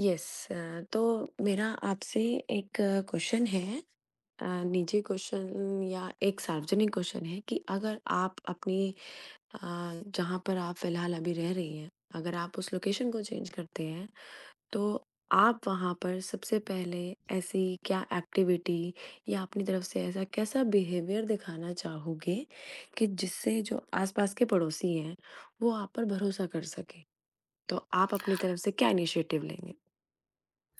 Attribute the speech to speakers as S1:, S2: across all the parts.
S1: Yes अ, तो मेरा आपसे एक क्वेश्चन है, निजी क्वेश्चन या एक सार्वजनिक क्वेश्चन है कि अगर आप अ, जहाँ पर आप फ़िलहाल अभी रह रही हैं, अगर आप उस लोकेशन को चेंज करते हैं, तो आप वहाँ पर सबसे पहले ऐसी क्या एक्टिविटी या अपनी तरफ से ऐसा कैसा बिहेवियर दिखाना चाहोगे कि जिससे जो आस-पास के पड़ोसी हैं, वो आप पर भरोसा कर सकें? तो आप अपनी तरफ से क्या इनिशिएटिव लेंगे?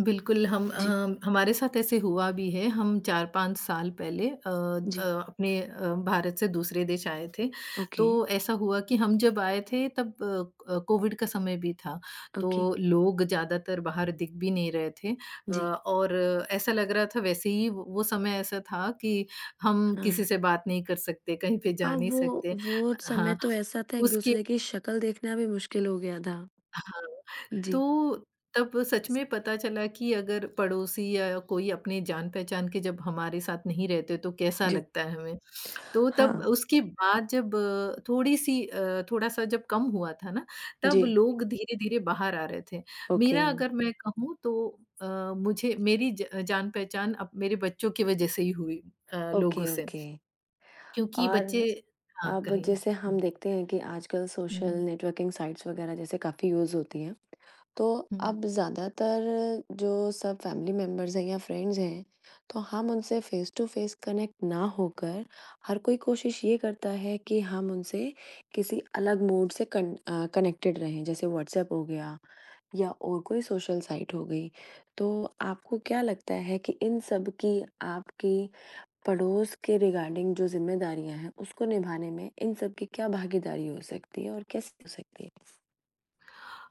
S2: बिल्कुल,
S1: जी,
S2: हमारे साथ ऐसे हुआ भी है। हम 4-5 साल पहले
S1: जी।
S2: भारत से दूसरे देश आए थे। तो
S1: ओके,
S2: ऐसा हुआ कि हम जब आए थे तब कोविड का समय भी था। तो
S1: ओके,
S2: लोग ज़्यादातर बाहर दिख भी नहीं रहे थे,
S1: जी,
S2: और ऐसा लग रहा था वैसे ही वो समय ऐसा था कि हम
S1: हाँ।
S2: किसी से बात नहीं कर सकते, कहीं पे जा
S1: हाँ,
S2: नहीं
S1: वो
S2: सकते।
S1: वो समय
S2: हाँ,
S1: तो ऐसा था,
S2: उसके
S1: एक-दूसरे की शक्ल देखना भी मुश्किल हो गया था।
S2: हाँ।
S1: जी,
S2: तो तब सच में पता चला कि अगर पड़ोसी या कोई अपने जान-पहचान के जब हमारे साथ नहीं रहते तो कैसा
S1: जी।
S2: लगता है हमें। तो तब
S1: हाँ,
S2: उसके बाद जब थोड़ा-सा जब कम हुआ था ना,
S1: जी,
S2: तब लोग धीरे-धीरे बाहर आ रहे थे।
S1: ओके,
S2: मेरा अगर मैं कहूँ तो, अ, मुझे मेरी ज जान-पहचान अब मेरे बच्चों की वजह से ही हुई, लोगों
S1: ओके,
S2: से,
S1: ओके।
S2: क्योंकि बच्चे।
S1: और
S2: हाँ,
S1: अब
S2: कहिए।
S1: जैसे
S2: हुँ,
S1: हम देखते हैं कि आजकल
S2: हुँ,
S1: सोशल नेटवर्किंग साइट्स वगैरह जैसे काफ़ी यूज़ होती हैं। तो
S2: हुँ।
S1: अब ज़्यादातर जो सब फैमिली मेंबर्स हैं या फ्रेंड्स हैं, तो हम उनसे फ़ेस टू फ़ेस कनेक्ट ना होकर हर कोई कोशिश ये करता है कि हम उनसे किसी अलग मोड से कनेक्टेड रहें, जैसे व्हाट्सऐप हो गया या और कोई सोशल साइट हो गई। तो आपको क्या लगता है कि इन सब की आपकी पड़ोस के रिगार्डिंग जो ज़िम्मेदारियाँ हैं, उसको निभाने में इन सब की क्या भागीदारी हो सकती है और कैसे हो सकती है?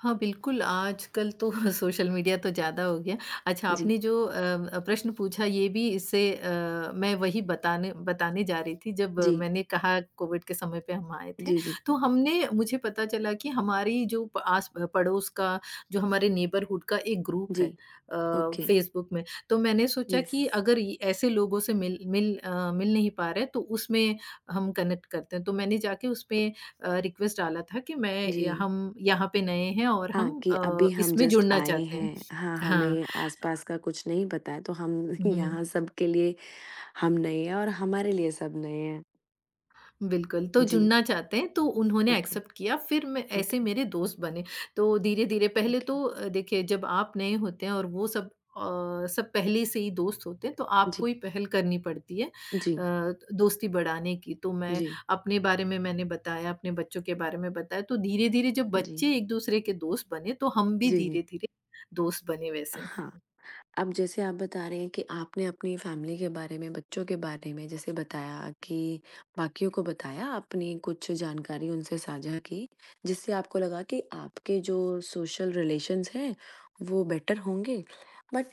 S2: हाँ, बिल्कुल, आजकल तो सोशल मीडिया तो ज़्यादा हो गया। अच्छा,
S1: जी,
S2: आपने जो प्रश्न पूछा ये भी इससे, मैं वही बताने बताने जा रही थी। जब
S1: जी,
S2: मैंने कहा कोविड के समय पे हम आए थे,
S1: जी, जी,
S2: तो हमने मुझे पता चला कि हमारी जो प आस पड़ोस का जो हमारे नेबरहुड का एक ग्रुप
S1: जी।
S2: है
S1: ओके,
S2: फ़ेसबुक में, तो मैंने सोचा
S1: यस,
S2: कि अगर ये ऐसे लोगों से मिल मिल अ, मिल नहीं पा रहे, तो उसमें हम कनेक्ट करते हैं। तो मैंने जाके उसपे रिक्वेस्ट डाला था कि मैं
S1: जी,
S2: य हम यहाँ पे नए हैं और
S1: हाँ,
S2: हम
S1: कि अभी हम
S2: इसमें
S1: जस्ट
S2: जुड़ना
S1: आए
S2: चाहते हैं।
S1: हैं, हाँ,
S2: हाँ।
S1: हमें
S2: अ,
S1: आसपास का कुछ नहीं पता है, तो हम
S2: हुँ।
S1: यहाँ सबके लिए हम नए हैं और हमारे लिए सब नए हैं।
S2: बिल्कुल, तो
S1: जी,
S2: जुड़ना चाहते हैं तो उन्होंने
S1: ओके,
S2: एक्सेप्ट किया, फिर मैं ऐसे
S1: ओके,
S2: मेरे दोस्त बने। तो धीरे-धीरे पहले
S1: ओके,
S2: तो, देखिए जब आप नए होते हैं और अ, सब पहले से ही दोस्त होते हैं, तो
S1: जी,
S2: आपको ही पहल करनी पड़ती है
S1: जी,
S2: दोस्ती बढ़ाने की। तो मैं
S1: जी,
S2: अपने बारे में मैंने बताया, अपने बच्चों के बारे में बताया, तो धीरे-धीरे जब
S1: जी,
S2: बच्चे एक-दूसरे के दोस्त बने, तो हम भी
S1: जी, जी,
S2: धीरे-धीरे दोस्त बने वैसे।
S1: हाँ। अब जैसे आप बता रहे हैं कि आपने अपनी फैमिली के बारे में, बच्चों के बारे में जैसे बताया, कि बाकियों को बताया, आपने कुछ जानकारी उनसे साझा की, जिससे आपको लगा कि आपके जो सोशल रिलेशंस हैं, वो बेटर होंगे। बट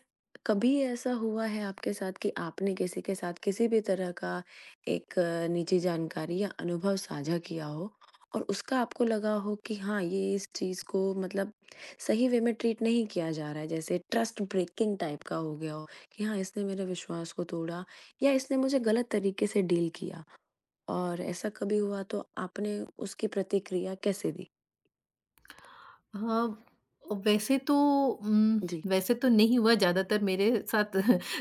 S1: कभी ऐसा हुआ है आपके साथ कि आपने किसी के साथ किसी भी तरह का एक निजी जानकारी या अनुभव साझा किया हो और उसका आपको लगा हो कि हाँ, ये इस चीज़ को मतलब सही वे में ट्रीट नहीं किया जा रहा है, जैसे ट्रस्ट ब्रेकिंग टाइप का हो गया हो कि हाँ, इसने मेरे विश्वास को तोड़ा या इसने मुझे गलत तरीके से डील किया, और ऐसा कभी हुआ तो आपने उसकी प्रतिक्रिया कैसे दी?
S2: हाँ। वैसे तो उम,
S1: जी,
S2: वैसे तो नहीं हुआ ज़्यादातर मेरे साथ।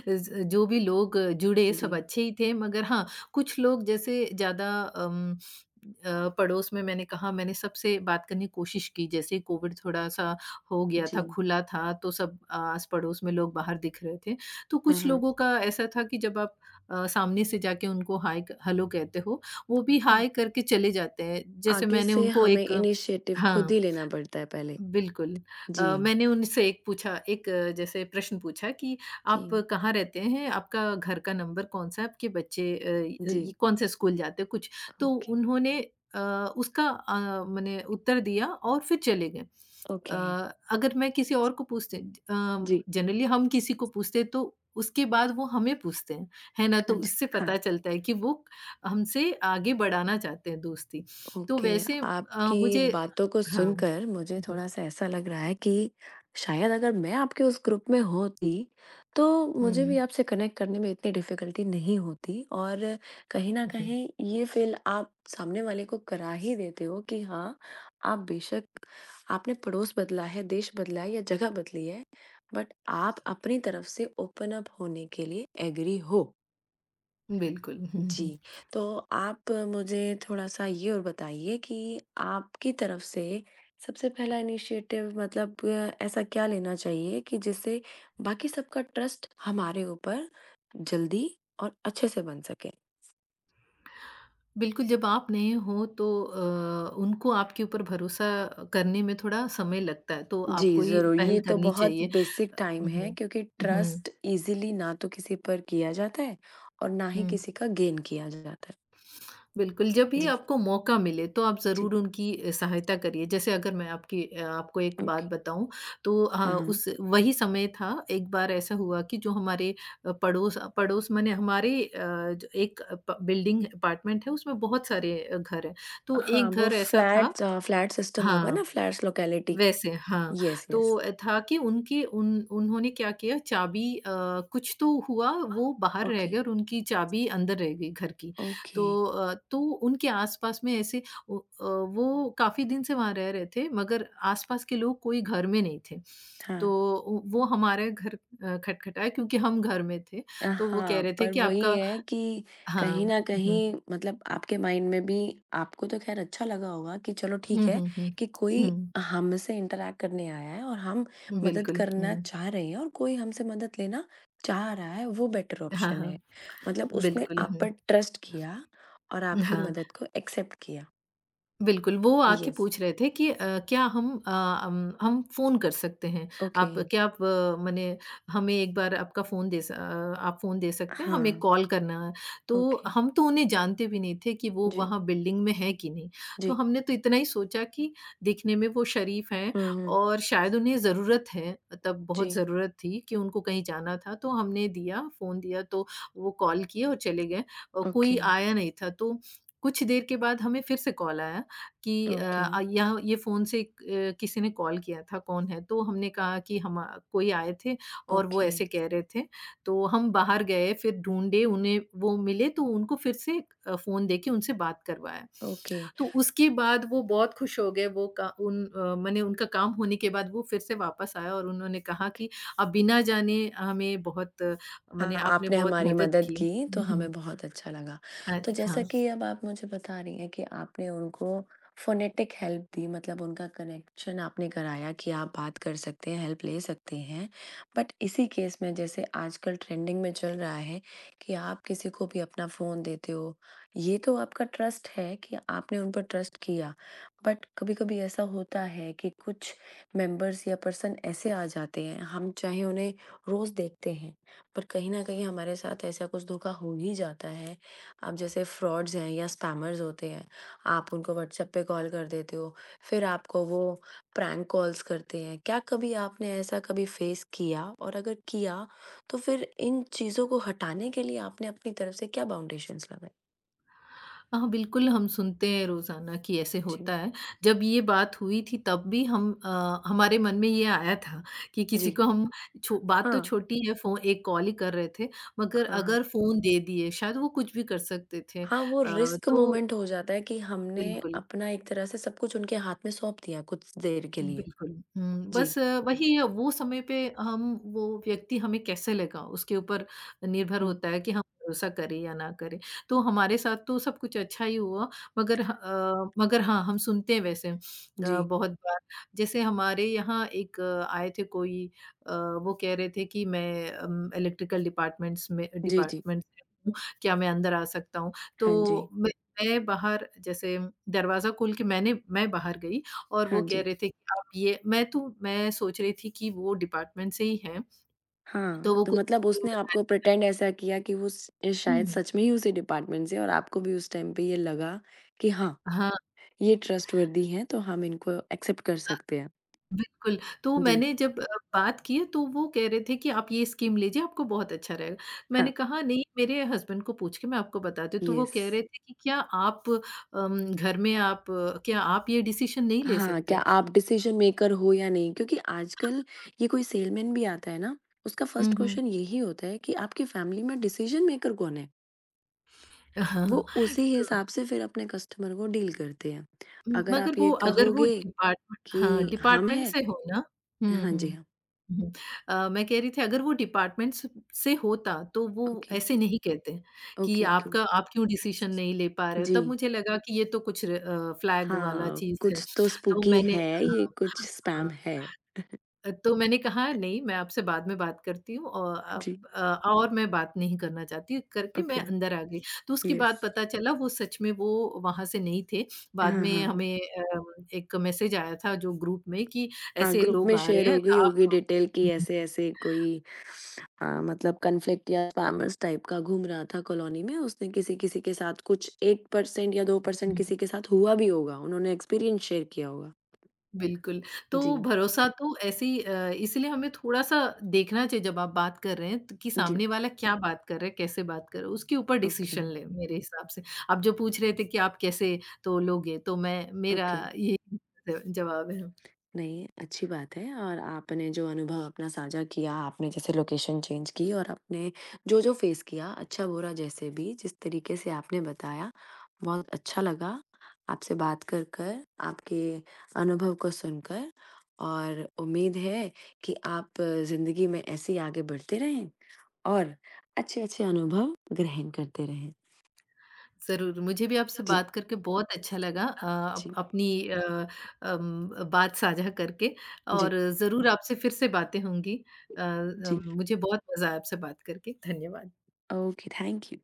S2: ज जो भी लोग जुड़े
S1: जी,
S2: सब अच्छे ही थे, मगर हाँ, कुछ लोग जैसे पड़ोस में, मैंने सबसे बात करने की कोशिश की। जैसे कोविड थोड़ा-सा हो गया था,
S1: जी।
S2: खुला था, तो सब आस-पड़ोस में लोग बाहर दिख रहे थे। तो
S1: हाँ,
S2: कुछ
S1: हाँ।
S2: लोगों का ऐसा था कि जब आप सामने से जाके उनको हाय क हेलो कहते हो, वो भी
S1: हाँ,
S2: हाय करके चले जाते हैं। जैसे
S1: आगे
S2: मैंने
S1: से
S2: उनको
S1: हमें
S2: एक
S1: इनिशिएटिव खुद
S2: हाँ।
S1: ही लेना पड़ता है पहले।
S2: बिल्कुल।
S1: जी,
S2: मैंने उनसे एक पूछा एक अ, जैसे प्रश्न पूछा कि
S1: कि
S2: आप कहाँ रहते हैं? आपका घर का नंबर कौन-सा है? आपके बच्चे
S1: जी,
S2: ये कौन-से स्कूल जाते हैं? कुछ तो
S1: ओके,
S2: उन्होंने, अ, उसका अ, मने उत्तर दिया और फिर चले गए। Uh,
S1: okay.
S2: अगर मैं किसी और को पूछते अ,
S1: जी,
S2: जनरली हम किसी को पूछते हैं तो उसके बाद वो हमें पूछते हैं, है ना? तो
S1: हाँ जी,
S2: उससे
S1: हाँ।
S2: पता चलता है कि वो हमसे आगे बढ़ाना चाहते हैं दोस्ती। तो
S1: ओके,
S2: वैसे,
S1: आपकी
S2: मुझे।
S1: बातों को
S2: हाँ।
S1: सुनकर मुझे
S2: हम्म।
S1: थोड़ा-सा ऐसा लग रहा है कि शायद अगर मैं आपके उस ग्रुप में होती, तो
S2: हुँ।
S1: मुझे भी आपसे कनेक्ट करने में इतनी डिफ़िकल्टी नहीं होती, और कहीं न कहीं ये फ़ील आप सामने वाले को करा ही देते हो कि हाँ, आप बेशक आपने पड़ोस बदला है, देश बदला है या जगह बदली है, बट आप अपनी तरफ से ओपन अप होने के लिए एग्री हो।
S2: बिल्कुल। हुँ, हुँ।
S1: जी, तो आप मुझे थोड़ा-सा ये और बताइए कि आपकी तरफ से सबसे पहला इनिशिएटिव मतलब ऐसा क्या लेना चाहिए कि जिससे बाकी सबका ट्रस्ट हमारे ऊपर जल्दी और अच्छे से बन सके?
S2: बिल्कुल, जब आप नहीं हो तो उनको आपके ऊपर भरोसा करने में थोड़ा समय लगता है, तो
S1: जी,
S2: आपको ही
S1: ज़रूर, ये
S2: पहल
S1: तो
S2: करनी
S1: बहुत
S2: चाहिए।
S1: बेसिक टाइम
S2: हुँ,
S1: है
S2: हुँ।
S1: क्योंकि
S2: हुँ,
S1: ट्रस्ट ईज़िली ना तो किसी पर किया जाता है और ना ही
S2: हुँ।
S1: किसी का गेन किया जाता है।
S2: बिल्कुल, जब भी
S1: जी,
S2: आपको मौका मिले तो आप
S1: जी,
S2: ज़रूर उनकी सहायता करिए। जैसे अगर मैं आपको एक
S1: ओके,
S2: बात बताऊँ तो, अ,
S1: हाँ, हाँ।
S2: उस वही समय था। एक बार ऐसा हुआ कि जो हमारे पड़ोस, पड़ोस माने हमारे, अ, ज एक अ, प बिल्डिंग अपार्टमेंट है, उसमें बहुत सारे घर हैं। तो
S1: हाँ,
S2: एक
S1: वो
S2: घर ऐसा था।
S1: फ्लैट्स फ्लैट सिस्टम होगा ना,
S2: हाँ।
S1: Flats locality.
S2: वैसे हाँ,
S1: यस,
S2: तो
S1: यस।
S2: था कि उनके उन उन्होंने क्या किया, कुछ तो हुआ,
S1: हाँ।
S2: वो बाहर रह
S1: ओके,
S2: गए और उनकी चाबी अंदर रह गई घर की।
S1: ओके,
S2: तो, अ, तो उनके आस-पास में वो काफ़ी दिन से वहाँ रह रहे थे, मगर आस-पास के लोग कोई घर में नहीं थे। तो
S1: हाँ।
S2: उ वो हमारे घर खटखटाए क्योंकि हम घर में थे। तो वो कह
S1: हाँ,
S2: रहे थे
S1: पर
S2: कि
S1: वही
S2: आपका।
S1: है कि कहीं
S2: हाँ,
S1: न
S2: हुँ।
S1: कहीं मतलब आपके माइंड में भी आपको तो ख़ैर अच्छा लगा होगा कि चलो ठीक
S2: हुँ,
S1: है,
S2: हुँ, हुँ।
S1: कि कोई हमसे इंटरैक्ट करने आया है और हम
S2: हुँ,
S1: मदद
S2: बिल्कुल,
S1: करना
S2: हुँ।
S1: चाह रहे हैं और कोई हमसे मदद लेना चाह रहा है, वो बेटर
S2: हाँ,
S1: ऑप्शन
S2: हाँ,
S1: है। मतलब उसने
S2: बिल्कुल,
S1: आप
S2: हुँ।
S1: पर ट्रस्ट किया और आपकी
S2: हाँ।
S1: मदद को एक्सेप्ट किया।
S2: बिल्कुल, वो आके
S1: यस,
S2: पूछ रहे थे कि, क्या हम फ़ोन कर सकते हैं?
S1: ओके,
S2: आप क्या आप मने हमें एक बार आपका फ़ोन दे स अ, आप फ़ोन दे सकते हैं? हमें
S1: हाँ,
S2: कॉल करना है। तो
S1: ओके।
S2: हम तो उन्हें जानते भी नहीं थे कि वो
S1: जी,
S2: वहाँ बिल्डिंग में है कि नहीं। तो
S1: जी।
S2: हमने तो इतना ही सोचा कि दिखने में वो शरीफ़ हैं
S1: हुँ, हुँ।
S2: और शायद उन्हें ज़रूरत है। तब बहुत
S1: जी,
S2: ज़रूरत थी कि उनको कहीं जाना था, तो हमने दिया, फ़ोन दिया, तो वो कॉल किए और चले गए और कोई
S1: ओके।
S2: आया नहीं था। तो कुछ देर के बाद हमें फिर से कॉल आया कि
S1: ओके,
S2: यह ये फ़ोन से किसी ने कॉल किया था, कौन है? तो हमने कहा कि हम कोई आए थे और वो
S1: ओके,
S2: ऐसे कह रहे थे। तो हम बाहर गए, फिर ढूँढे, उन्हें वो मिले, तो उनको फिर से फ़ोन देके उनसे बात करवाया।
S1: ओके।
S2: तो उसके बाद वो बहुत खुश हो गए। वो का उन अ, माने उनका काम होने के बाद वो फिर से वापस आया और उन्होंने कहा कि आप बिना जाने हमें बहुत, माने
S1: हाँ,
S2: आपने
S1: आपने
S2: बहुत
S1: हमारी
S2: मदद
S1: मदद
S2: की।
S1: की तो
S2: हुँ, हुँ।
S1: हमें बहुत अच्छा लगा।
S2: अ,
S1: तो जैसा
S2: हाँ।
S1: कि अब आप मुझे बता रही हैं कि आपने उनको फ़ोनेटिक हेल्प दी, मतलब उनका कनेक्शन आपने कराया कि आप बात कर सकते हैं, हेल्प ले सकते हैं। बट इसी केस में जैसे आजकल ट्रेंडिंग में चल रहा है कि आप किसी को भी अपना फ़ोन देते हो, ये तो आपका ट्रस्ट है कि आपने उन पर ट्रस्ट किया। बट कभी-कभी ऐसा होता है कि कुछ मेंबर्स या पर्सन ऐसे आ जाते हैं, हम चाहे उन्हें रोज़ देखते हैं, पर कहीं न कहीं हमारे साथ ऐसा कुछ धोखा हो ही जाता है। अब जैसे फ्रॉड्स हैं या स्पैमर्स होते हैं, आप उनको व्हाट्सएप पे कॉल कर देते हो, फिर आपको वो प्रैंक कॉल्स करते हैं। क्या कभी आपने ऐसा कभी फेस किया, और अगर किया, तो फिर इन चीज़ों को हटाने के लिए आपने अपनी तरफ से क्या बाउंडेशंस लगाए?
S2: हाँ, बिल्कुल, हम सुनते हैं रोज़ाना कि ऐसे
S1: जी,
S2: होता है। जब ये बात हुई थी तब भी हमारे मन में ये आया था कि किसी
S1: जी।
S2: को हम, छो बात तो
S1: हाँ,
S2: छोटी है, फ़ो एक कॉल ही कर रहे थे, मगर
S1: हाँ,
S2: अगर
S1: हाँ।
S2: फ़ोन दे दिए, शायद वो कुछ भी कर सकते थे।
S1: हाँ, वो रिस्क
S2: तो
S1: मोमेंट हो जाता है कि हमने
S2: बिल्कुल।
S1: अपना एक तरह से सब कुछ उनके हाथ में सौंप दिया कुछ देर के लिए।
S2: बिल्कुल, हुँ।
S1: जी।
S2: बस वही है, वो समय पे हम वो व्यक्ति हमें कैसे लगा उसके ऊपर निर्भर
S1: हुँ,
S2: होता है कि हम भरोसा करें या ना करें। तो हमारे साथ तो सब कुछ अच्छा ही हुआ, मगर हाँ, हम सुनते हैं वैसे,
S1: जी।
S2: बहुत बार, जैसे हमारे यहाँ एक आए थे कोई, वो कह रहे थे कि मैं इलेक्ट्रिकल
S1: जी, जी।
S2: डिपार्टमेंट से हूँ, क्या मैं अंदर आ सकता हूँ?
S1: हाँ जी,
S2: तो मैं बाहर, जैसे दरवाज़ा खोल के मैं बाहर गई और
S1: हाँ
S2: वो कह
S1: जी।
S2: रहे थे कि, आप ये मैं सोच रही थी कि वो डिपार्टमेंट से ही हैं,
S1: हाँ,
S2: तो वो
S1: तो
S2: कुछ
S1: मतलब
S2: स्कीम
S1: उसने
S2: बताए।
S1: आपको प्रिटेंड ऐसा किया कि वो स ये शायद
S2: हुँ।
S1: सच में ही उसी डिपार्टमेंट से है और आपको भी उस टाइम पे ये लगा कि हाँ,
S2: हाँ,
S1: ये ट्रस्टवर्दी हैं तो हम इनको एक्सेप्ट कर सकते हैं।
S2: बिल्कुल, तो
S1: जी,
S2: मैंने जब बात की तो वो कह रहे थे कि आप ये स्कीम लीजिए, आपको बहुत अच्छा रहेगा।
S1: हाँ,
S2: मैंने कहा नहीं, मेरे हस्बैंड को पूछ के मैं आपको बताती हूँ। तो वो
S1: येस।
S2: कह रहे थे कि क्या आप अम, घर में आप क्या आप ये डिसीज़न नहीं ले
S1: हाँ, क्या
S2: सकते?
S1: आप डिसीजन मेकर हो या नहीं? क्योंकि आजकल ये कोई सेलमैन भी आता है ना, उसका फर्स्ट
S2: हुँ, हुँ।
S1: क्वेश्चन यही होता है कि आपकी फैमिली में डिसीजन मेकर कौन है? वो उसी
S2: तो,
S1: हिसाब से फिर अपने कस्टमर को डील करते हैं। अगर
S2: मगर
S1: आप ये
S2: वो अगर वो
S1: कहोगे
S2: डिपार्टमेंट,
S1: कि
S2: हाँ,
S1: हम
S2: डिपार्टमेंट
S1: हैं,
S2: से हो ना। हुँ,
S1: हाँ जी,
S2: हुँ।
S1: हाँ।
S2: हुँ। मैं कह रही थी अगर वो डिपार्टमेंट स से होता तो वो
S1: ओके,
S2: ऐसे नहीं कहते कि,
S1: ओके, ओके।
S2: आपका आप क्यों डिसीज़न नहीं ले पा रहे हो? तब
S1: जी,
S2: मुझे लगा कि ये तो कुछ फ्लैग वाला
S1: हाँ,
S2: चीज़ है।
S1: कुछ तो
S2: तो
S1: स्पूकी
S2: मैंने।
S1: है,
S2: हाँ,
S1: ये कुछ
S2: हाँ।
S1: स्पैम है।
S2: तो मैंने कहा नहीं, मैं आपसे बाद में बात करती हूँ और
S1: जी,
S2: अब, मैं बात नहीं करना चाहती, करके मैं
S1: ओके,
S2: अंदर आ गई। तो उसके
S1: यस।
S2: बाद पता चला वो सच में वो वहाँ से नहीं थे। बाद
S1: हाँ,
S2: में
S1: हाँ।
S2: हमें एक मैसेज आया था जो ग्रुप में कि
S1: हाँ,
S2: ऐसे
S1: ग्रुप
S2: लोग
S1: में
S2: आ
S1: शेयर
S2: रहे हैं,
S1: हो
S2: तो
S1: गई
S2: आप।
S1: होगी डिटेल कि
S2: हुँ,
S1: ऐसे-ऐसे कोई मतलब कॉन्फ्लिक्ट या स्पैमर्स टाइप का घूम रहा था कॉलोनी में, उसने किसी-किसी के साथ कुछ 1% या 2%
S2: हुँ।
S1: किसी के साथ हुआ भी होगा, उन्होंने एक्सपीरियंस शेयर किया होगा।
S2: बिल्कुल, तो
S1: जी,
S2: भरोसा तो ऐसे ही, इसलिए हमें थोड़ा-सा देखना चाहिए जब आप बात कर रहे हैं, तो कि
S1: जी।
S2: सामने वाला क्या बात कर रहा है, कैसे बात कर रहा है, उसके ऊपर
S1: ओके,
S2: डिसीज़न लें मेरे हिसाब से। आप जो पूछ रहे थे कि आप कैसे तोलोगे, तो मैं मेरा
S1: ओके।
S2: ये जवाब है।
S1: नहीं, अच्छी बात है, और आपने जो अनुभव अपना साझा किया, आपने जैसे लोकेशन चेंज की और आपने जो-जो फेस किया, अच्छा-बुरा जैसे भी, जिस तरीके से आपने बताया, बहुत अच्छा लगा आपसे बात कर कर, आपके अनुभव को सुनकर, और उम्मीद है कि आप ज़िंदगी में ऐसे ही आगे बढ़ते रहें और अच्छे-अच्छे अनुभव ग्रहण करते रहें।
S2: ज़रूर, मुझे भी आपसे
S1: जी।
S2: बात करके बहुत अच्छा लगा, अ, अप
S1: जी,
S2: अपनी बात साझा करके,
S1: जी,
S2: और ज़रूर आपसे फिर से बातें होंगी।
S1: जी।
S2: मुझे बहुत मज़ा आया आपसे बात करके, धन्यवाद।
S1: Okay, thank you.